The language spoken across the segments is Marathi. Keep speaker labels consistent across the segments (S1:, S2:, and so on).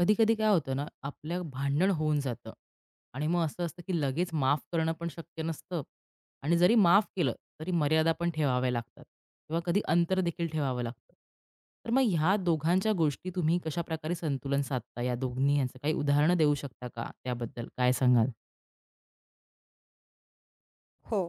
S1: कधी-कधी काय होतं ना, आपलं भांडण होऊन जातं. आणि मग असं असतं, की लगेच माफ करणं पण शक्य नसतं. आणि जरी माफ केलं, तरी मर्यादा पण ठेवाव्या लागतात किंवा कधी अंतर देखील ठेवावं लागतं. तर मग ह्या दोघांच्या गोष्टी तुम्ही कशाप्रकारे संतुलन साधता? या दोन्ही ह्यांचं काही उदाहरणं देऊ शकता का त्याबद्दल? काय सांगाल?
S2: हो.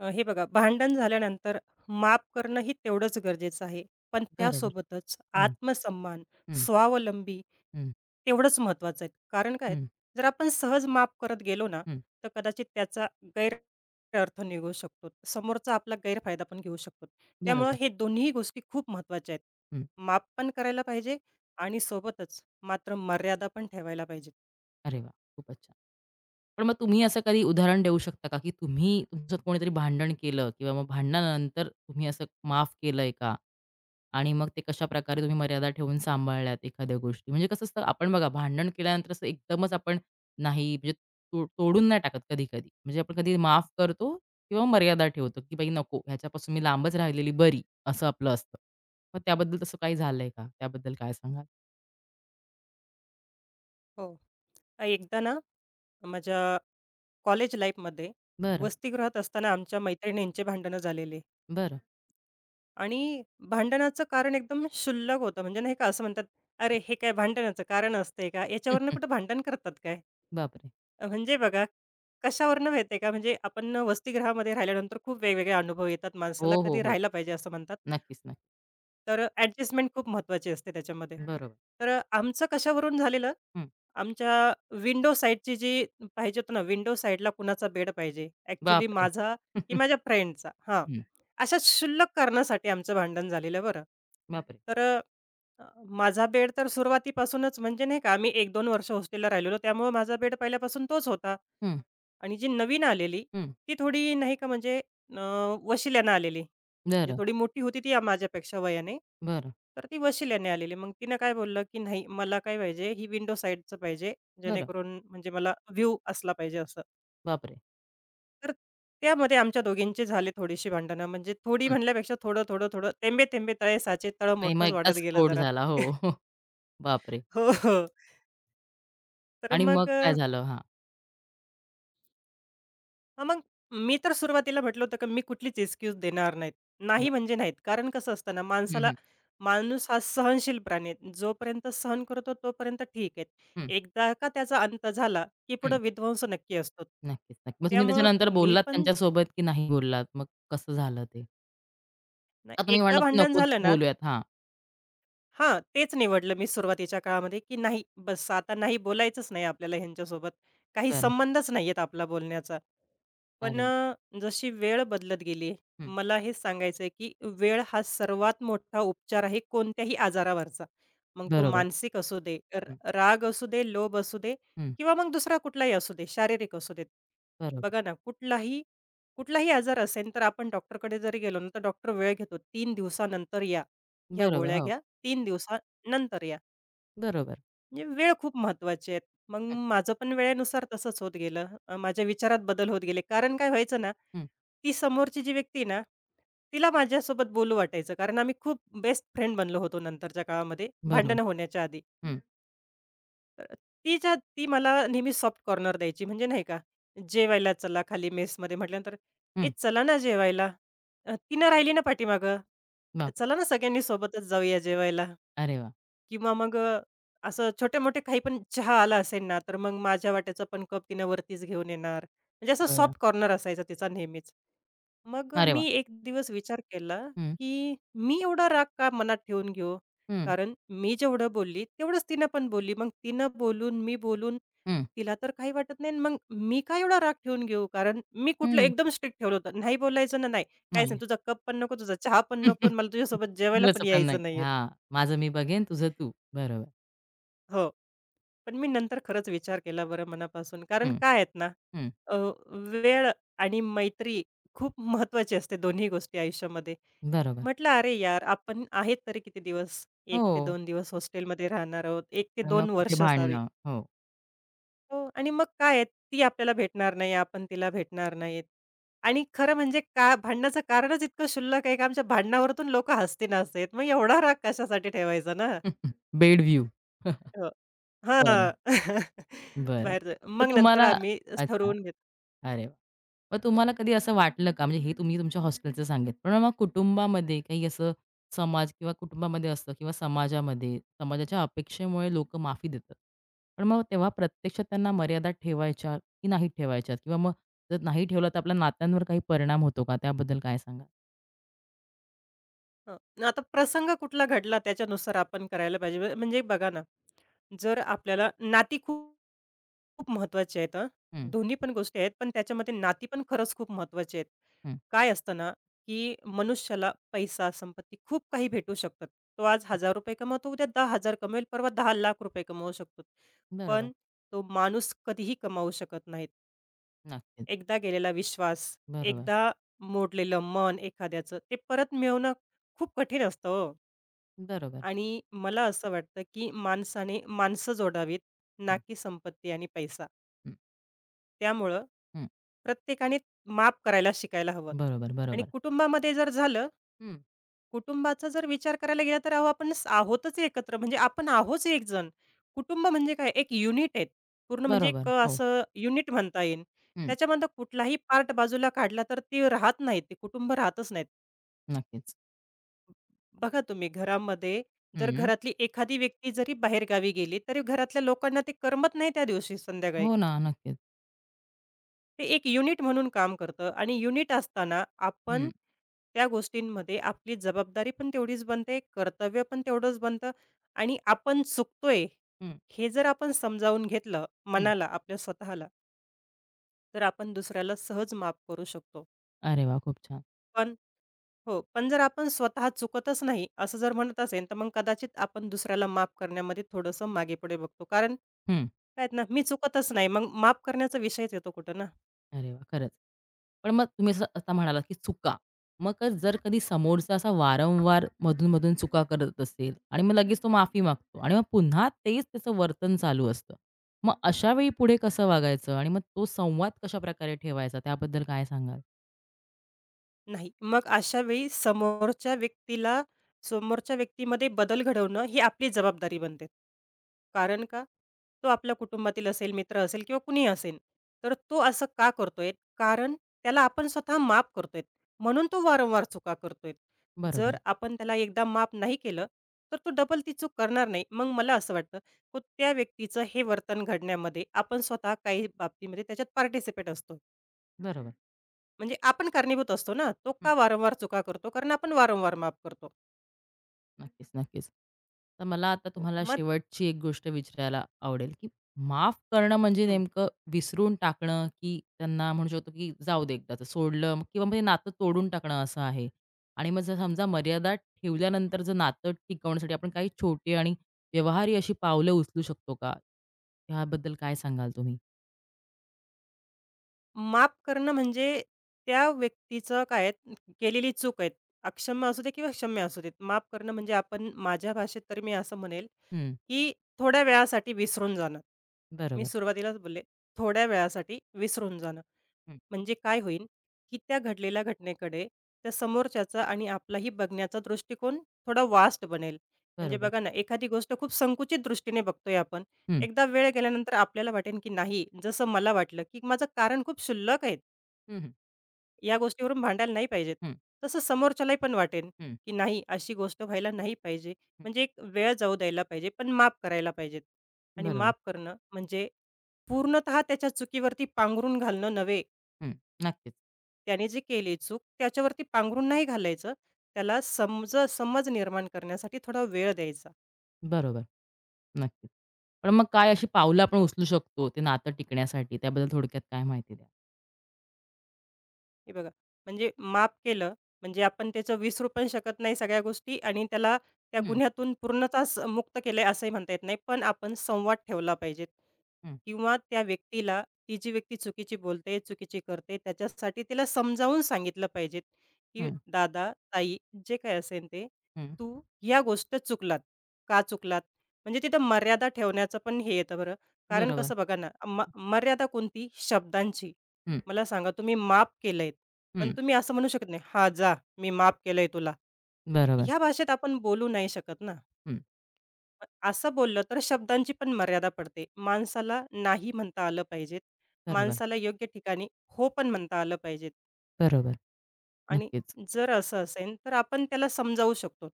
S2: हे बघा भांडण झाल्यानंतर माफ करणं ही तेवढंच गरजेचं आहे. पण
S1: बरोबर.
S2: त्यासोबतच
S1: हं,
S2: आत्मसन्मान,
S1: हं,
S2: स्वावलंबी
S1: हं,
S2: तेवढंच महत्त्वाचं आहे. कारण काय?
S1: हं,
S2: जर आपण सहज माफ करत गेलो ना,
S1: हं.
S2: तर कदाचित त्याचा गैरअर्थ निघू शकतो. समोरचा आपला गैरफायदा पण घेऊ शकतो. त्यामुळं
S1: बरोबर.
S2: हे दोन्ही गोष्टी खूप महत्त्वाच्या आहेत.
S1: हं.
S2: माफ पण करायला पाहिजे आणि सोबतच मात्र मर्यादा पण ठेवायला पाहिजे.
S1: अरे वाह! खूपच छान. पण मग तुम्ही असं कधी उदाहरण देऊ शकता का, की तुम्ही तुमच्यात कोणीतरी भांडण केलं किंवा मग भांडणानंतर तुम्ही असं माफ केलंय का? आणि मग ते कशाप्रकारे तुम्ही मर्यादा ठेवून सांभाळल्यात एखाद्या गोष्टी? म्हणजे कसं असतं आपण बघा भांडण केल्यानंतर असं एकदमच आपण नाही म्हणजे तो तोडून नाही टाकत कधी-कधी. म्हणजे आपण कधी माफ करतो किंवा मर्यादा ठेवतो, की "बाई नको, ह्याच्यापासून मी लांबच राहिलेली बरी." असं आपलं असतं. मग त्याबद्दल तसं काही झालंय का? त्याबद्दल काय सांगाल?
S2: हो. एकदा ना माझ्या कॉलेज लाईफमध्ये
S1: बरं,
S2: वसतिगृहात असताना आमच्या मैत्रिणींचे भांडणं झालेले
S1: बरं.
S2: आणि भांडणाचं कारण एकदम शुल्लक होतं. म्हणजे नाही का असं म्हणतात, "अरे, हे काय भांडणाचं कारण असतंय का?
S1: हं,
S2: याच्यावरनं
S1: हं.
S2: कुठं भांडण करतात काय?"
S1: बापरे!
S2: म्हणजे बघा, कशावरनं माहिती आहे का, म्हणजे आपण वसतिगृहामध्ये राहिल्यानंतर खूप वेगवेगळे अनुभव येतात.
S1: हो,
S2: माणसाला
S1: हो,
S2: कधी
S1: हो.
S2: राहायला पाहिजे असं म्हणतात.
S1: नक्कीच, नक्कीच.
S2: तर ॲडजस्टमेंट खूप महत्त्वाची असते त्याच्यामध्ये.
S1: बरोबर.
S2: तर आमचं कशावरून झालेलं,
S1: हं.
S2: आमच्या विंडो साइडची जी पाहिजे होतं ना, विंडो साइडला कुणाचा बेड पाहिजे, ॲक्चुअली
S1: बापरे!
S2: माझा की माझ्या फ्रेंडचा हां.
S1: हं.
S2: अशा क्षुल्लक कारणासाठी आमचं भांडण झालेलं बरं.
S1: बापरे!
S2: तर माझा बेड तर सुरुवातीपासूनच म्हणजे नाही का, आम्ही 1-2 वर्ष हॉस्टेलला राहिलेलो, त्यामुळे माझा बेड पहिल्यापासून तोच होता.
S1: हं,
S2: आणि जी नवीन आलेली,
S1: हं.
S2: ती थोडी नाही का म्हणजे अ, वशिल्यानं आलेली. म्हणजे
S1: बरं,
S2: थोडी मोठी होती ती या माझ्यापेक्षा वयाने.
S1: बरं,
S2: तर ती वशिल्याने आलेली. मग तिनं काय बोललं, की "नाही, मला काय पाहिजे, ही विंडो साइडचं पाहिजे,
S1: बरं.
S2: जेणेकरून म्हणजे मला व्ह्यू असला पाहिजे," असं.
S1: बापरे!
S2: तर त्यामध्ये आमच्या दोघींची झाली थोडीशी भांडणं. म्हणजे थोडी
S1: हं.
S2: म्हणल्यापेक्षा थोडं, थोडं, थोडं, "तेंबे तेंबे तळे साचे तळं
S1: आणि मग
S2: मोठंच"
S1: एकदा
S2: वाढत गेलं
S1: स्फोट
S2: जरा.
S1: झाला. हो, हो. बापरे!
S2: हो, हो. तर
S1: आणि
S2: मग
S1: मग काय झालं? हां,
S2: मग मी तर सुरुवातीला म्हटलं होतं, की मी कुठलीच एक्सक्यूज देणार नाहीत. नाही
S1: बरं.
S2: म्हणजे नाहीत. कारण कसं असतं ना,
S1: हं,
S2: माणसाला
S1: हं,
S2: माणूस हा सहनशील प्राणी आहे. जोपर्यंत सहन करतो तोपर्यंत ठीक आहे.
S1: हं,
S2: एकदा का त्याचा अंत झाला, की
S1: हं.
S2: पुढे विध्वंस नक्की असतो.
S1: नक्कीच, नक्की. मग तुम्ही
S2: त्यामुळं
S1: त्याच्यानंतर
S2: मी
S1: बोललात
S2: पण
S1: त्यांच्यासोबत की नाही बोललात? मग कसं झालं ते?
S2: नाही,
S1: आता तुम्ही
S2: एकदा
S1: म्हणलात की
S2: भांडण
S1: नकोच
S2: झालं ना
S1: बोलूयात. हां,
S2: हां, तेच निवडलं मी सुरुवातीच्या काळामध्ये, की नाही बस आता नाही बोलायचंच नाही आपल्याला ह्यांच्यासोबत. काही
S1: बरं.
S2: संबंधच नाहीयेत आपला बोलण्याचा. पण
S1: अरे!
S2: जशी वेळ बदलत गेली,
S1: हं,
S2: मला हे सांगायचं आहे, की वेळ हा सर्वात मोठा उपचार आहे कोणत्याही आजारावरचा. मग तो
S1: बरोबर.
S2: मानसिक असू दे,
S1: हं,
S2: राग असू दे, लोभ असू दे
S1: हं.
S2: किंवा मग दुसरा कुठलाही असू दे, शारीरिक असू देत.
S1: बरोबर,
S2: बघा ना, कुठलाही कुठलाही आजार असेल, तर आपण डॉक्टरकडे जरी गेलो ना, तर डॉक्टर वेळ घेतो. 3 दिवसानंतर या. ह्या
S1: बरोबर.
S2: गोळ्या
S1: हो,
S2: घ्या, 3 दिवसानंतर या.
S1: बरोबर.
S2: म्हणजे वेळ खूप महत्त्वाची आहे. मग
S1: हं,
S2: माझं पण वेळेनुसार तसंच होत गेलं. माझ्या विचारात बदल होत गेले. कारण काय व्हायचं ना,
S1: हं.
S2: ती समोरची जी व्यक्ती आहे ना, तिला माझ्यासोबत बोलू वाटायचं. कारण आम्ही खूप बेस्ट फ्रेंड बनलो होतो नंतरच्या काळामध्ये,
S1: बरोबर.
S2: भांडणं होण्याच्या आधी.
S1: हं,
S2: तर तिच्या ती मला नेहमी सॉफ्ट कॉर्नर द्यायची. म्हणजे नाही का, जेवायला चला खाली मेसमध्ये म्हटल्यानंतर, "ए,
S1: हं.
S2: चला ना जेवायला." ती राहिली ना पाठीमागं,
S1: बापरे!
S2: "चला ना सगळ्यांनी सोबतच जाऊया जेवायला."
S1: अरे वाह!
S2: किंवा मग असं छोटे-मोठे काही पण चहा आला असेल ना, तर मग माझ्या वाट्याचा पण कप तिनं वरतीच घेऊन येणार. म्हणजे असं
S1: बरं.
S2: सॉफ्ट कॉर्नर असायचा तिचा नेहमीच. मग
S1: अरे वाह!
S2: मी एक दिवस विचार केला,
S1: हं,
S2: की मी एवढा राग का मनात ठेवून घेऊ?
S1: हं,
S2: कारण मी जेवढं बोलली, तेवढंच तिनं पण बोलली. मग तिनं बोलून, मी बोलून,
S1: हं,
S2: तिला तर काही वाटत नाही मग मी का एवढा राग ठेवून घेऊ? कारण मी कुठलं
S1: हं.
S2: एकदम स्ट्रिक्ट ठेवलं होतं. नाही बोलायचं ना नाही. काहीच
S1: नाही.
S2: नाही. तुझा कप पण नको, तुझा चहा पण नको आणि मला तुझ्यासोबत जेवायला
S1: तुला
S2: पण
S1: चपला नाही.
S2: यायचं नाहीये.
S1: हां, माझं मी बघेन, तुझं तू. बरोबर.
S2: हो. पण मी नंतर खरंच विचार केला बरं मनापासून. कारण
S1: हं,
S2: काय आहेत ना,
S1: हं.
S2: अ, वेळ आणि मैत्री खूप महत्त्वाची असते दोन्ही गोष्टी आयुष्यामध्ये.
S1: बरोबर.
S2: म्हटलं, "अरे यार, आपण आहेत तरी किती दिवस? एक
S1: हो.
S2: ते दोन दिवस हॉस्टेलमध्ये राहणार आहोत. एक ते
S1: आणि मग
S2: दोन
S1: कुठे
S2: वर्ष सॉरी.
S1: भांडणं. हो.
S2: हो आणि मग काय आहे, ती आपल्याला भेटणार नाही, आपण तिला भेटणार नाहीत." आणि खरं म्हणजे का भांडण्याचं कारणच इतकं क्षुल्लक आहे का आमच्या भांडणावरतून लोकं हसती नासत. मग एवढा राग कशासाठी ठेवायचा ना?
S1: Bed view. बरं,
S2: हां.
S1: बरं.
S2: बाहेरचं.
S1: मग
S2: मग नंतर
S1: तुम्हाला
S2: आम्ही
S1: अच्छा.
S2: ठरवून घेत
S1: अरे वाह! मग तुम्हाला कधी असं वाटलं का? म्हणजे हे तुम्ही तुमच्या हॉस्टेलचं सांगितलं. पण मग कुटुंबामध्ये काही असं समाज किंवा कुटुंबामध्ये असतं किंवा समाजामध्ये, समाजाच्या अपेक्षेमुळे लोकं माफी देतात. पण मग तेव्हा प्रत्यक्षात त्यांना मर्यादा ठेवायच्या की नाही ठेवायच्या? किंवा मग जर नाही ठेवलं तर आपल्या नात्यांवर काही परिणाम होतो का? त्याबद्दल काय सांगाल?
S2: हं. आता प्रसंग कुठला घडला त्याच्यानुसार आपण करायला पाहिजे. म्हणजे बघा ना, जर आपल्याला नाती खूप खूप महत्त्वाची आहेत हां.
S1: हं,
S2: दोन्ही पण गोष्टी आहेत, पण त्याच्यामध्ये नाती पण खरंच खूप महत्त्वाची आहेत.
S1: हं.
S2: काय असतं ना, की मनुष्याला पैसा, संपत्ती खूप काही भेटू शकतात. तो आज ₹1000 कमवतो, उद्या 10,000 कमवेल, परवा 10 लाख रुपये कमवू शकतो. पण
S1: बरोबर.
S2: तो माणूस कधीही कमावू शकत नाहीत.
S1: नक्कीच.
S2: एकदा गेलेला विश्वास,
S1: बरोबर.
S2: एकदा मोडलेलं मन एखाद्याचं, ते परत मिळवणं खूप कठीण असतं हो.
S1: बरोबर.
S2: आणि मला असं वाटतं, की माणसाने माणसं जोडावीत, ना
S1: हं,
S2: की संपत्ती आणि पैसा.
S1: हं,
S2: त्यामुळं
S1: हं.
S2: प्रत्येकाने माफ करायला शिकायला हवं
S1: बरोबर,
S2: आणि
S1: बरोबर.
S2: कुटुंबामध्ये जर झालं
S1: हं.
S2: कुटुंबाचा जर विचार करायला गेला तर अहो आपण आहोतच एकत्र म्हणजे आपण आहोच एक जण. कुटुंब म्हणजे काय एक युनिट आहेत. पूर्ण म्हणजे
S1: बरोबर.
S2: एक
S1: हो.
S2: असं युनिट म्हणता येईल.
S1: हं.
S2: त्याच्यामधला कुठलाही पार्ट बाजूला काढला तर ते राहत नाहीत. ते कुटुंब राहतच नाहीत.
S1: नक्कीच.
S2: बघा तुम्ही घरामध्ये जर
S1: हं.
S2: घरातली एखादी व्यक्ती जरी बाहेरगावी गेली तरी घरातल्या लोकांना ते करमत नाही त्या दिवशी संध्याकाळी.
S1: हो ना. नक्कीच.
S2: ते एक युनिट म्हणून काम करतं आणि युनिट असताना
S1: हं,
S2: आपण त्या गोष्टींमध्ये आपली जबाबदारी पण तेवढीच बनते, कर्तव्य पण तेवढंच बनतं आणि आपण चुकतोय,
S1: हं,
S2: हे जर आपण समजावून घेतलं
S1: हं.
S2: मनाला, आपल्या स्वतःला, तर आपण दुसऱ्याला सहज माफ करू शकतो.
S1: अरे वाह! खूप छान.
S2: पण हो, पण जर आपण स्वतः चुकतच नाही, असं जर म्हणत असेल, तर मग कदाचित आपण दुसऱ्याला माफ करण्यामध्ये थोडंसं मागे-पुढे बघतो. कारण
S1: हं.
S2: काय आहेत ना, मी चुकतच नाही, मग माफ करण्याचा विषयच येतो कुठं ना.
S1: अरे वाह! खरंच. पण मग तुम्ही असं आता म्हणालात, की चुका. मग जर कधी समोरचा असा वारंवार मधून-मधून चुका करत असेल आणि मग लगेच तो माफी मागतो आणि मग पुन्हा तेच त्याचं वर्तन चालू असतं. मग अशा वेळी पुढे कसं वागायचं आणि मग तो संवाद कशाप्रकारे ठेवायचा त्याबद्दल काय सांगाल?
S2: नाही. मग अशा वेळी समोरच्या व्यक्तीला समोरच्या व्यक्तीमध्ये बदल घडवणं ही आपली जबाबदारी बनते. कारण का? तो आपल्या कुटुंबातील असेल, मित्र असेल किंवा कुणी असेल. तर तो असं का करतोय? कारण त्याला आपण स्वतः माफ करतोय. म्हणून तो वारंवार चुका करतोय. जर
S1: बरोबर.
S2: आपण त्याला एकदा माफ नाही केलं, तर तो डबल ती चूक करणार नाही. मग मला असं वाटतं, की त्या व्यक्तीचं हे वर्तन घडण्यामध्ये आपण स्वतः काही बाबतीमध्ये त्याच्यात पार्टिसिपेट असतो.
S1: बरोबर.
S2: म्हणजे आपण कारणीभूत असतो ना, तो का वारंवार चुका करतो? कारण आपण वारंवार माफ करतो.
S1: नक्कीच, नक्कीच. तर मला आता
S2: हो.
S1: तुम्हाला
S2: मग
S1: शेवटची एक गोष्ट विचारायला आवडेल, की माफ करणं म्हणजे
S2: हं,
S1: नेमकं विसरून टाकणं, की त्यांना म्हणू शकतो, की जाऊ दे एकदाचं सोडलं किंवा मग हे नातं तोडून टाकणं असं आहे? आणि मग जर समजा मर्यादा ठेवल्यानंतर जर नातं टिकवण्यासाठी आपण काही छोटी आणि व्यवहारी अशी पावलं उचलू शकतो का? ह्याबद्दल काय सांगाल तुम्ही?
S2: माफ करणं म्हणजे त्या व्यक्तीचं काय आहे, केलेली चूक आहे. अक्षम्य असू दे किंवा क्षम्य असू देत. माफ करणं म्हणजे आपण माझ्या भाषेत तर मी असं म्हणेल,
S1: हं,
S2: की थोड्या वेळासाठी विसरून जाणं. मी
S1: बरोबर.
S2: सुरुवातीलाच बोलले, थोड्या वेळासाठी विसरून जाणं.
S1: हं,
S2: म्हणजे काय होईल, की त्या घडलेल्या घटनेकडे त्या समोरच्याचा आणि आपलाही बघण्याचा दृष्टिकोन थोडा वास्ट बनेल. म्हणजे
S1: बरोबर.
S2: बघा ना, एखादी गोष्ट खूप संकुचित दृष्टीने बघतोय आपण.
S1: हं,
S2: एकदा वेळ गेल्यानंतर आपल्याला वाटेल, की नाही जसं मला वाटलं, की माझं कारण खूप क्षुल्लक आहे.
S1: हं, हं,
S2: या गोष्टीवरून भांडायला नाही पाहिजेत.
S1: हं,
S2: तसं समोरच्यालाही पण वाटेल,
S1: हं,
S2: की नाही अशी गोष्ट व्हायला नाही पाहिजे.
S1: हं.
S2: म्हणजे एक वेळ जाऊ द्यायला पाहिजे, पण माफ करायला पाहिजेत. आणि माफ
S1: बरोबर.
S2: करणं म्हणजे पूर्णतः त्याच्या चुकीवरती पांघरून घालणं नव्हे,
S1: हं, नक्कीच.
S2: त्याने जी केली चूक, त्याच्यावरती पांघरून नाही घालायचं. त्याला समज समज निर्माण करण्यासाठी थोडा वेळ द्यायचा.
S1: बरोबर. नक्कीच. पण मग काय अशी पावलं आपण उचलू शकतो ते नातं टिकण्यासाठी? त्याबद्दल थोडक्यात काय माहिती द्याल?
S2: हे बघा, म्हणजे माफ केलं, म्हणजे आपण त्याचं विसरू पण शकत नाही सगळ्या गोष्टी आणि त्याला त्या
S1: हं,
S2: गुन्ह्यातून पूर्णतःच मुक्त केलं आहे असंही म्हणता येत नाही. पण आपण संवाद ठेवला पाहिजे
S1: हं,
S2: किंवा त्या व्यक्तीला ती जी व्यक्ती चुकीची बोलते, चुकीची करते, त्याच्यासाठी तिला समजावून सांगितलं पाहिजे, की
S1: हं,
S2: "दादा, ताई, जे काही असेल ते,
S1: हं.
S2: तू या गोष्ट चुकलात. का चुकलात?" म्हणजे तिथं मर्यादा ठेवण्याचं पण हे येतं बरं. कारण
S1: बरोबर.
S2: कसं बघा ना, मर्यादा कोणती? शब्दांची.
S1: हं,
S2: मला सांगा तुम्ही माफ केलंय, पण
S1: हं.
S2: तुम्ही असं म्हणू शकत नाही, "हां, जा, मी माफ केलंय तुला."
S1: बरोबर.
S2: ह्या भाषेत आपण बोलू नाही शकत ना.
S1: हं.
S2: असं बोललं तर शब्दांची पण मर्यादा पडते. माणसाला नाही म्हणता आलं पाहिजेत.
S1: बरोबर,
S2: माणसाला योग्य ठिकाणी हो पण म्हणता आलं पाहिजेत
S1: बरोबर.
S2: आणि
S1: नक्कीच.
S2: जर असं असेल, तर आपण त्याला समजावू शकतो.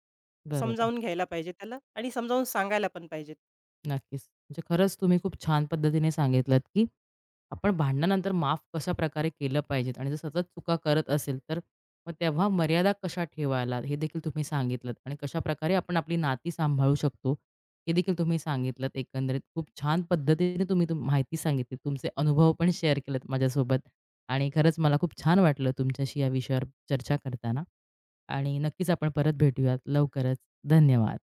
S1: बरोबर.
S2: समजावून घ्यायला पाहिजे त्याला आणि समजावून सांगायला पण पाहिजेत.
S1: नक्कीच. म्हणजे खरंच तुम्ही खूप छान पद्धतीने सांगितलत, की आपण भांडणानंतर माफ कशा प्रकारे केलं पाहिजेत आणि जर सतत चुका करत असेल तर मग तेव्हा मर्यादा कशा ठेवायला हे देखील तुम्ही सांगितलं आणि कशा प्रकारे आपण आपली नाती सांभाळू शकतो हे देखील तुम्ही सांगितलं. एकंदरीत खूप छान पद्धतीने तुम्ही माहिती सांगितली, तुमचे अनुभव पण शेअर केलेत माझ्यासोबत आणि खरंच मला खूप छान वाटलं तुमच्याशी या विषयावर चर्चा करताना. आणि नक्कीच आपण परत भेटूयात लवकरच. धन्यवाद.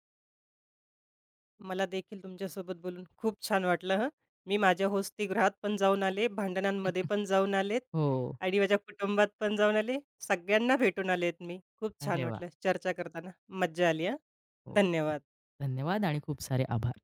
S2: मला देखील तुमच्यासोबत बोलून खूप छान वाटलं हं. मी माझ्या होस्तिगृहात पण जाऊन आले, भांडणांमध्ये पण जाऊन आलेत
S1: हो.
S2: आणि माझ्या कुटुंबात पण जाऊन आले. सगळ्यांना भेटून आलेत मी. खूप छान
S1: अरे वा.
S2: वाटलं चर्चा करताना. मज्जा आली हां.
S1: हो.
S2: धन्यवाद.
S1: धन्यवाद आणि खूप सारे आभार.